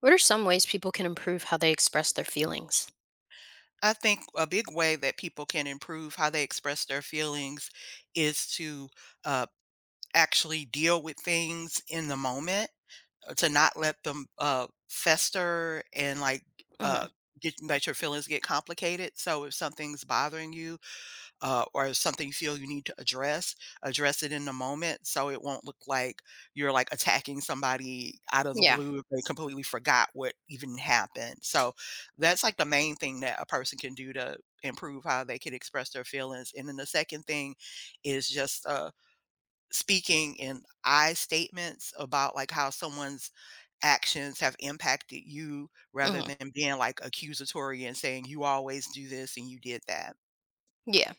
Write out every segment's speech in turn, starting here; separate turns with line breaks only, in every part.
What are some ways people can improve how they express their feelings?
I think a big way that people can improve how they express their feelings is to uh, actually deal with things in the moment, to not let them fester and like uh,
Mhm.
let your feelings get complicated. So if something's bothering you, or something you feel you need to address, address it in the moment so it won't look like you're like attacking somebody out of the
Yeah.
blue if they completely forgot what even happened. So that's like the main thing that a person can do to improve how they can express their feelings. And then the second thing is just speaking in I statements about like how someone's actions have impacted you rather
Mhm.
than being like accusatory and saying you always do this and you did that.
Yeah.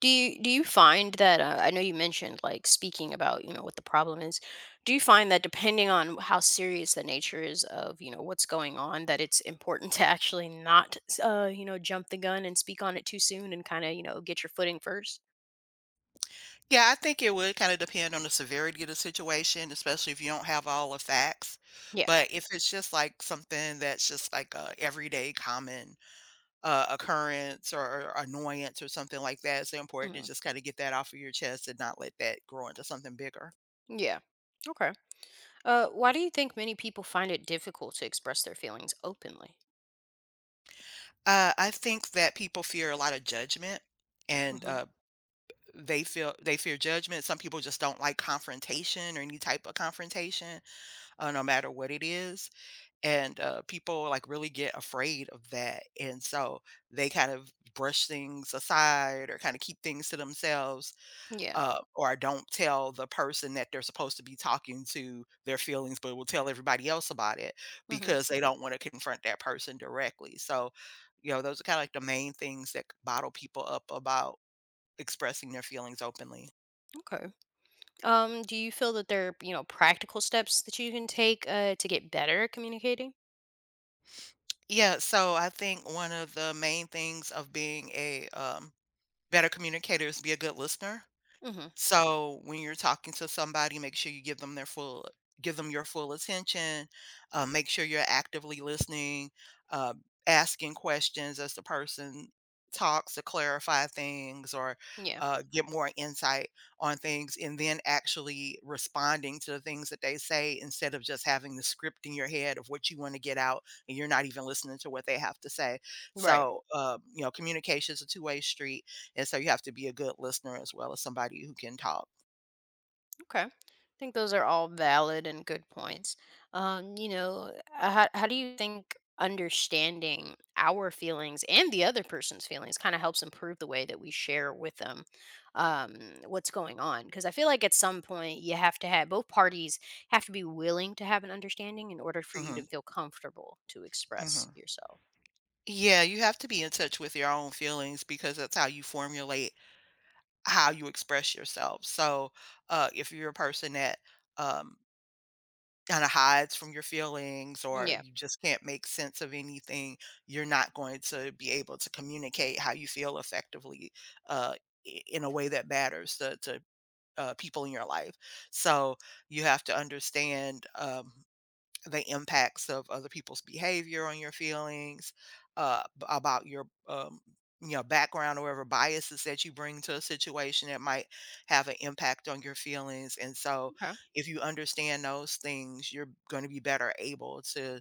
Do you find that I know you mentioned like speaking about, you know, what the problem is. Do you find that depending on how serious the nature is of, you know, what's going on that it's important to actually not you know, jump the gun and speak on it too soon and kind of, you know, get your footing first?
Yeah, I think it would kinda depend on the severity of the situation, especially if you don't have all the facts.
Yeah.
But if it's just, like, something that's just, like, a everyday common, occurrence or annoyance or something like that, it's important to
Mhm.
just kinda get that off of your chest and not let that grow into something bigger.
Yeah. Okay. Why do you think many people find it difficult to express their feelings openly?
I think that people fear a lot of judgment, and,
Mhm.
uh, they fear judgment. Some people just don't like confrontation or any type of confrontation, no matter what it is. And people like really get afraid of that, and so they kind of brush things aside or kind of keep things to themselves,
Yeah.
or don't tell the person that they're supposed to be talking to their feelings, but will tell everybody else about it
Mhm.
because they don't want to confront that person directly. So you know, those are kind of like the main things that bottle people up about expressing their feelings openly.
Okay. Do you feel that there are, you know, practical steps that you can take to get better at communicating?
Yeah, so I think one of the main things of being a better communicator is be a good listener.
Hmm.
So when you're talking to somebody, make sure you give them your full attention. Make sure you're actively listening, uh, asking questions as the person talks to clarify things or
Yeah.
get more insight on things, and then actually responding to the things that they say instead of just having the script in your head of what you want to get out, and you're not even listening to what they have to say.
Right.
So you know, communication is a two-way street, and so you have to be a good listener as well as somebody who can talk.
Okay. I think those are all valid and good points. Um, you know, how do you think understanding our feelings and the other person's feelings kind of helps improve the way that we share with them um, what's going on? Because I feel like at some point you have to be willing to have an understanding in order for you to
Mhm,
feel comfortable to express
mhm.
yourself.
Yeah, you have to be in touch with your own feelings because that's how you formulate how you express yourself. So, if you're a person that um, kinda hides from your feelings or
Yeah.
you just can't make sense of anything, you're not going to be able to communicate how you feel effectively, uh, in a way that matters to people in your life. So you have to understand the impacts of other people's behavior on your feelings, about your you know, background or whatever biases that you bring to a situation that might have an impact on your feelings. And so, if you understand those things, you're going to be better able to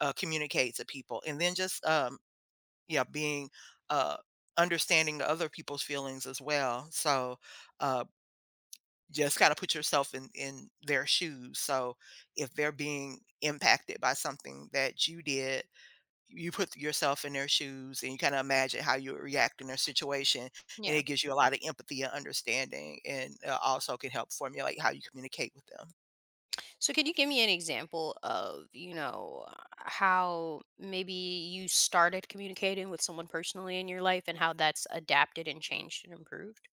communicate to people. And then just yeah, being uh, understanding the other people's feelings as well. So. Uh, just gotta put yourself in their shoes, so if they're being impacted by something that you did, you put yourself in their shoes and you kinda imagine how you would react in their situation, and
Yeah.
it gives you a lot of empathy and understanding, and, also can help formulate how you communicate with them.
So could you give me an example of, you know, how maybe you started communicating with someone personally in your life and how that's adapted and changed and improved?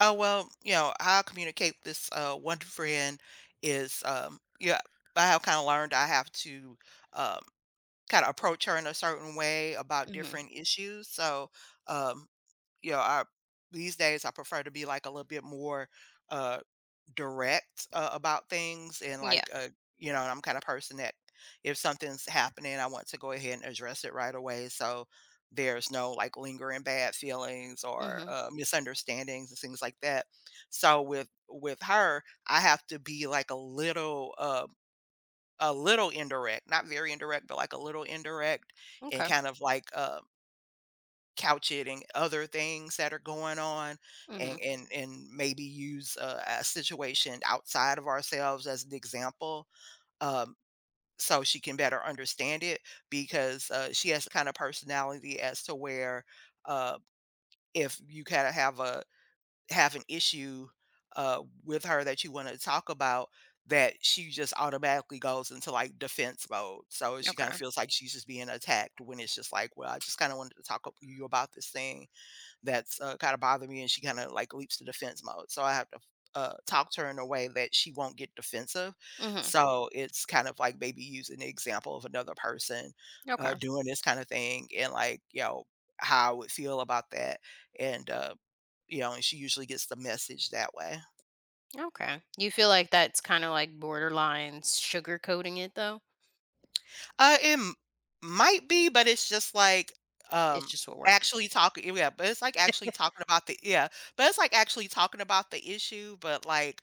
Oh, well, you know, how I communicate with this, one friend is, yeah, I have kinda learned I have to, um, kinda approach her in a certain way about
Mhm.
different issues, so, um you know, I these days I prefer to be like a little bit more uh direct about things, and
Yeah.
like you know, I'm kind of person that if something's happening, I want to go ahead and address it right away. So there's no like lingering bad feelings or
Mhm.
misunderstandings and things like that. So with her, I have to be like a little indirect, not very indirect, but like a little indirect, and
Okay.
kind of like couch it and other things that are going on, and
Mhm.
and and maybe use a situation outside of ourselves as an example, um so she can better understand it, because she has the kind of personality as to where, uh, if you kind of have an issue with her that you want to talk about, that she just automatically goes into like defense mode, so she kind of
Okay.
feels like she's just being attacked, when it's just like, well, I just kind of wanted to talk to you about this thing that's, kinda bother me, and she kinda, like, leaps to defense mode. So I have to, talk to her in a way that she won't get defensive,
Mhm.
so it's kind of, like, maybe using the example of another person,
Okay.
doing this kinda thing and, like, you know, how I would feel about that, and, you know, and she usually gets the message that way.
Okay. You feel like that's kind of like borderline sugarcoating it though?
It m might be, but it's just, like,
It's
um,
just what works.
actually talking yeah, but it's, like, actually talking about the yeah, but it's, like, actually talking about the issue, but, like,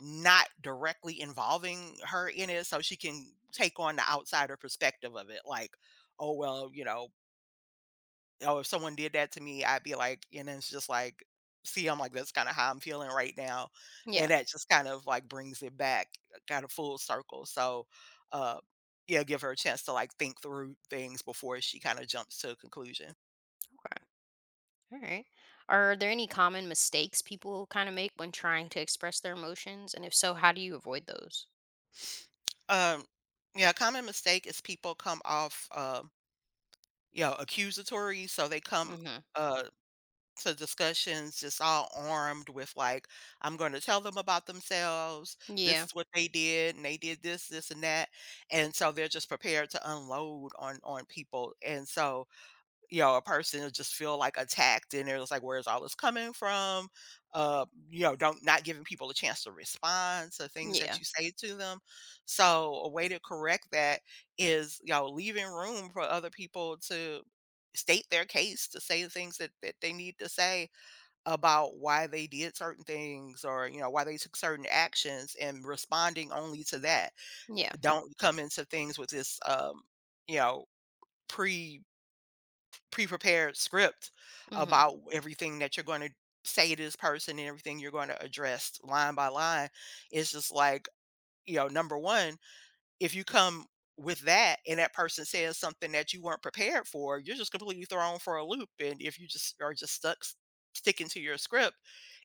not directly involving her in it so she can take on the outsider perspective of it, like, oh, well, you know, oh, if someone did that to me, I'd be like, and then it's just like, see, I'm like, that's kind of how I'm feeling right now.
Yeah.
And that just kind of like brings it back, kind of full circle. So uh yeah, give her a chance to like think through things before she kind of jumps to a conclusion.
Okay. All right. Are there any common mistakes people kind of make when trying to express their emotions? And if so, how do you avoid those?
um yeah, a common mistake is people come off you know, accusatory, so they come
Mhm.
uh to discussions just all armed with like, I'm going to tell them about themselves, this
Yeah.
is what they did, and they did this and that, and so they're just prepared to unload on people. And so you know, a person will just feel like attacked and they're just like, where's all this coming from? You know, don't not giving people a chance to respond to things that
Yeah.
you say to them. So a way to correct that is, you know, leaving room for other people to state their case, to say the things that they need to say about why they did certain things, or, you know, why they took certain actions, and responding only to that.
Yeah.
Don't come into things with this you know, pre pre-prepared script
Mhm.
about everything that you're going to say to this person and everything you're going to address line by line. It's just like, you know, number one, if you come with that and that person says something that you weren't prepared for, you're just completely thrown for a loop. And if you just are just sticking to your script,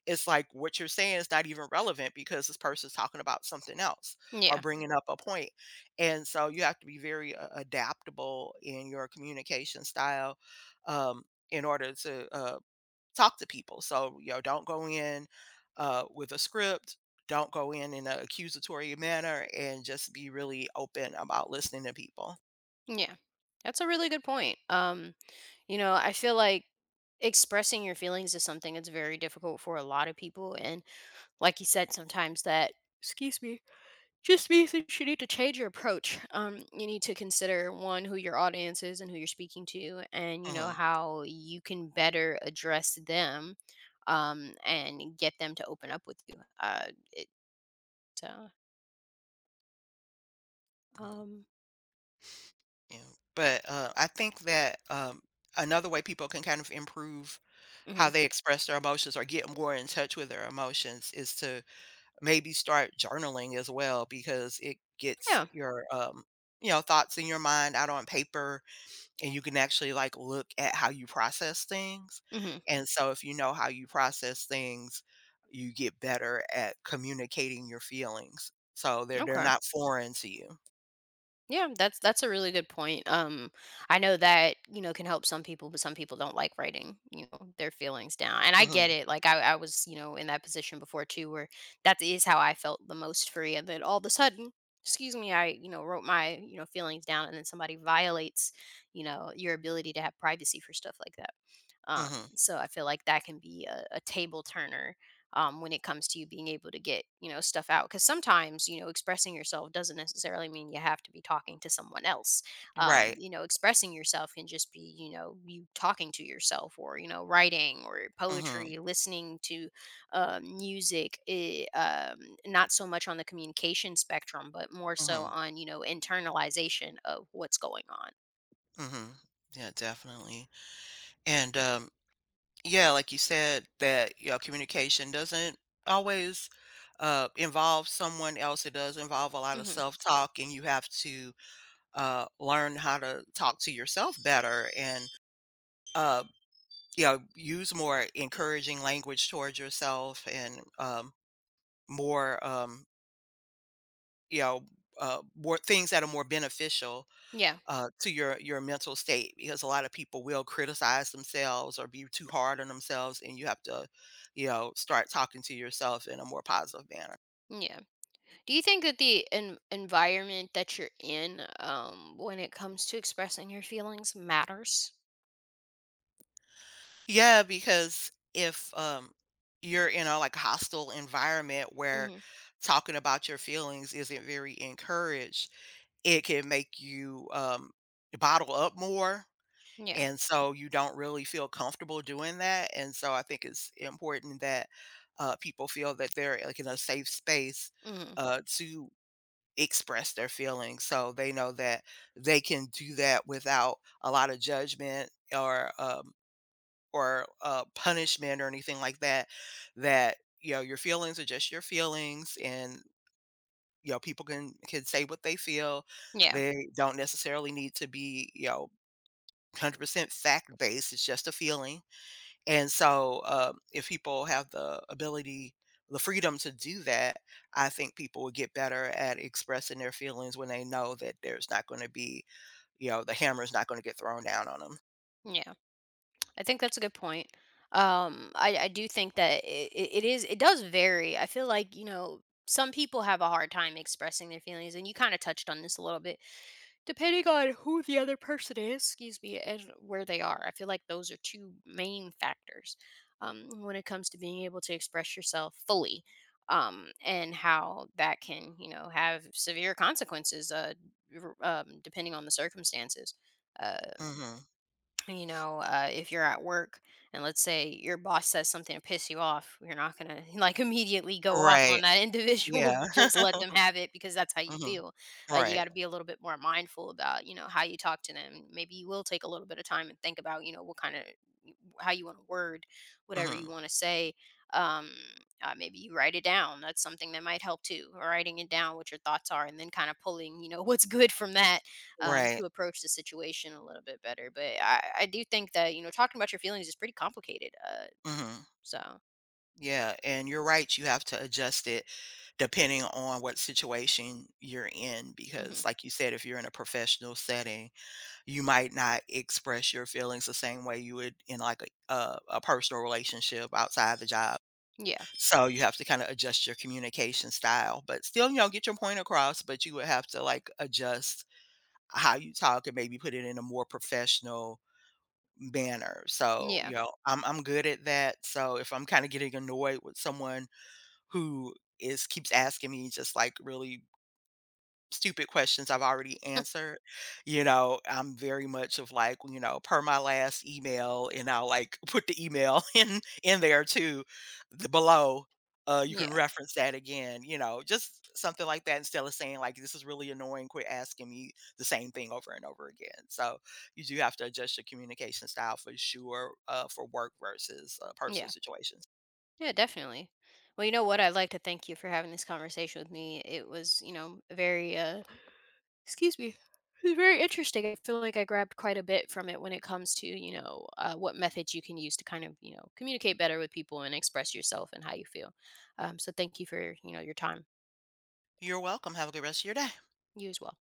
it's like what you're saying is not even relevant because this person's talking about something else or
Yeah.
bringing up a point. And so you have to be very adaptable in your communication style, um, in order to talk to people. So, you know, don't go in with a script, don't go in an accusatory manner, and just be really open about listening to people.
Yeah. That's a really good point. You know, I feel like expressing your feelings is something that's very difficult for a lot of people, and like you said, sometimes that, excuse me, just means that you need to change your approach. You need to consider one who your audience is and who you're speaking to, and you know
Mhm,
how you can better address them, um, and get them to open up with you. Uh it uh,
mhm,
um
yeah, but I think that, another way people can kind of improve how
mhm.
they express their emotions or get more in touch with their emotions is to maybe start journaling as well, because it gets
Yeah.
your, you know, thoughts in your mind out on paper, and you can actually like look at how you process things.
Mhm.
And so if you know how you process things, you get better at communicating your feelings. So they're
Okay.
not foreign to you.
Yeah, that's a really good point. I know that, you know, can help some people, but some people don't like writing, you know, their feelings down. And I get
Mhm.
it. Like I was, you know, in that position before too, where that is how I felt the most free. And then all of a sudden, excuse me, I, you know, wrote my, you know, feelings down, and then somebody violates, you know, your ability to have privacy for stuff like that. Um,
Mhm.
so I feel like that can be a table turner, when it comes to you being able to get, you know, stuff out. Because sometimes, you know, expressing yourself doesn't necessarily mean you have to be talking to someone else.
Right.
You know, expressing yourself can just be, you know, you talking to yourself, or, you know, writing or
Mhm.
poetry, listening to, music. Not so much on the communication spectrum, but more so
Mhm.
on, you know, internalization of what's going on.
Mhm. Yeah, definitely. And Yeah, like you said, that you know communication doesn't always involve someone else. It does involve a lot of
Hmm.
self-talk, and you have to learn how to talk to yourself better, and uh, you know, use more encouraging language towards yourself, and more, um, you know, more things that are more beneficial
Yeah.
to your mental state, because a lot of people will criticize themselves or be too hard on themselves, and you have to, you know, start talking to yourself in a more positive manner.
Yeah. Do you think that the environment that you're in, when it comes to expressing your feelings, matters?
Yeah, because if you're in a like hostile environment where
Hmm.
talking about your feelings isn't very encouraged, it can make you bottle up more.
Yeah.
And so you don't really feel comfortable doing that. And so I think it's important that people feel that they're like in a safe space
Hmm.
to express their feelings, so they know that they can do that without a lot of judgment, or um or punishment or anything like that, that you know your feelings are just your feelings, and you know people can say what they feel.
Yeah.
They don't necessarily need to be, you know, 100% fact based. It's just a feeling. And so if people have the ability, the freedom to do that, I think people will get better at expressing their feelings when they know that there's not going to be, you know, the hammer's not going to get thrown down on them.
Yeah. I think that's a good point. I do think that it does vary. I feel like, you know, some people have a hard time expressing their feelings, and you kind of touched on this a little bit, depending on who the other person is, excuse me, and where they are. I feel like those are two main factors, when it comes to being able to express yourself fully, and how that can, you know, have severe consequences, depending on the circumstances. Uh,
Hmm,
you know, if you're at work and let's say your boss says something to piss you off, you're not going to like immediately go off on
right,
that individual.
yeah,
Just let them have it because that's how you
hmm,
feel. You
right.
got to be a little bit more mindful about, you know, how you talk to them. Maybe you will take a little bit of time and think about, you know, what kind of how you want to word whatever
Mhm.
you want to say. Um, Maybe you write it down. That's something that might help too. Writing it down, what your thoughts are, and then kind of pulling, you know, what's good from that,
Right.
to approach the situation a little bit better. But I do think that, you know, talking about your feelings is pretty complicated.
Mhm.
So
Yeah, and you're right, you have to adjust it depending on what situation you're in,
hmm
because like you said, if you're in a professional setting, you might not express your feelings the same way you would in like a personal relationship outside the job.
yeah,
So you have to kind of adjust your communication style, but still, you know, get your point across, but you would have to like adjust how you talk and maybe put it in a more professional manner. So,
yeah,
you know, I'm good at that. So if I'm kind of getting annoyed with someone who is keeps asking me just like really stupid questions I've already answered. You know, I'm very much of like, you know, per my last email, and I'll like put the email in there too, the below. You can
yeah,
reference that again, you know, just something like that, instead of saying like this is really annoying, quit asking me the same thing over and over again. So you do have to adjust your communication style for sure, for work versus personal
yeah,
situations.
yeah, definitely. Well, you know what? I'd like to thank you for having this conversation with me. It was, you know, very excuse me. It was very interesting. I feel like I grabbed quite a bit from it when it comes to, you know, what methods you can use to kind of, you know, communicate better with people and express yourself and how you feel. So thank you for, you know, your time.
You're welcome. Have a good rest of your day.
You as well.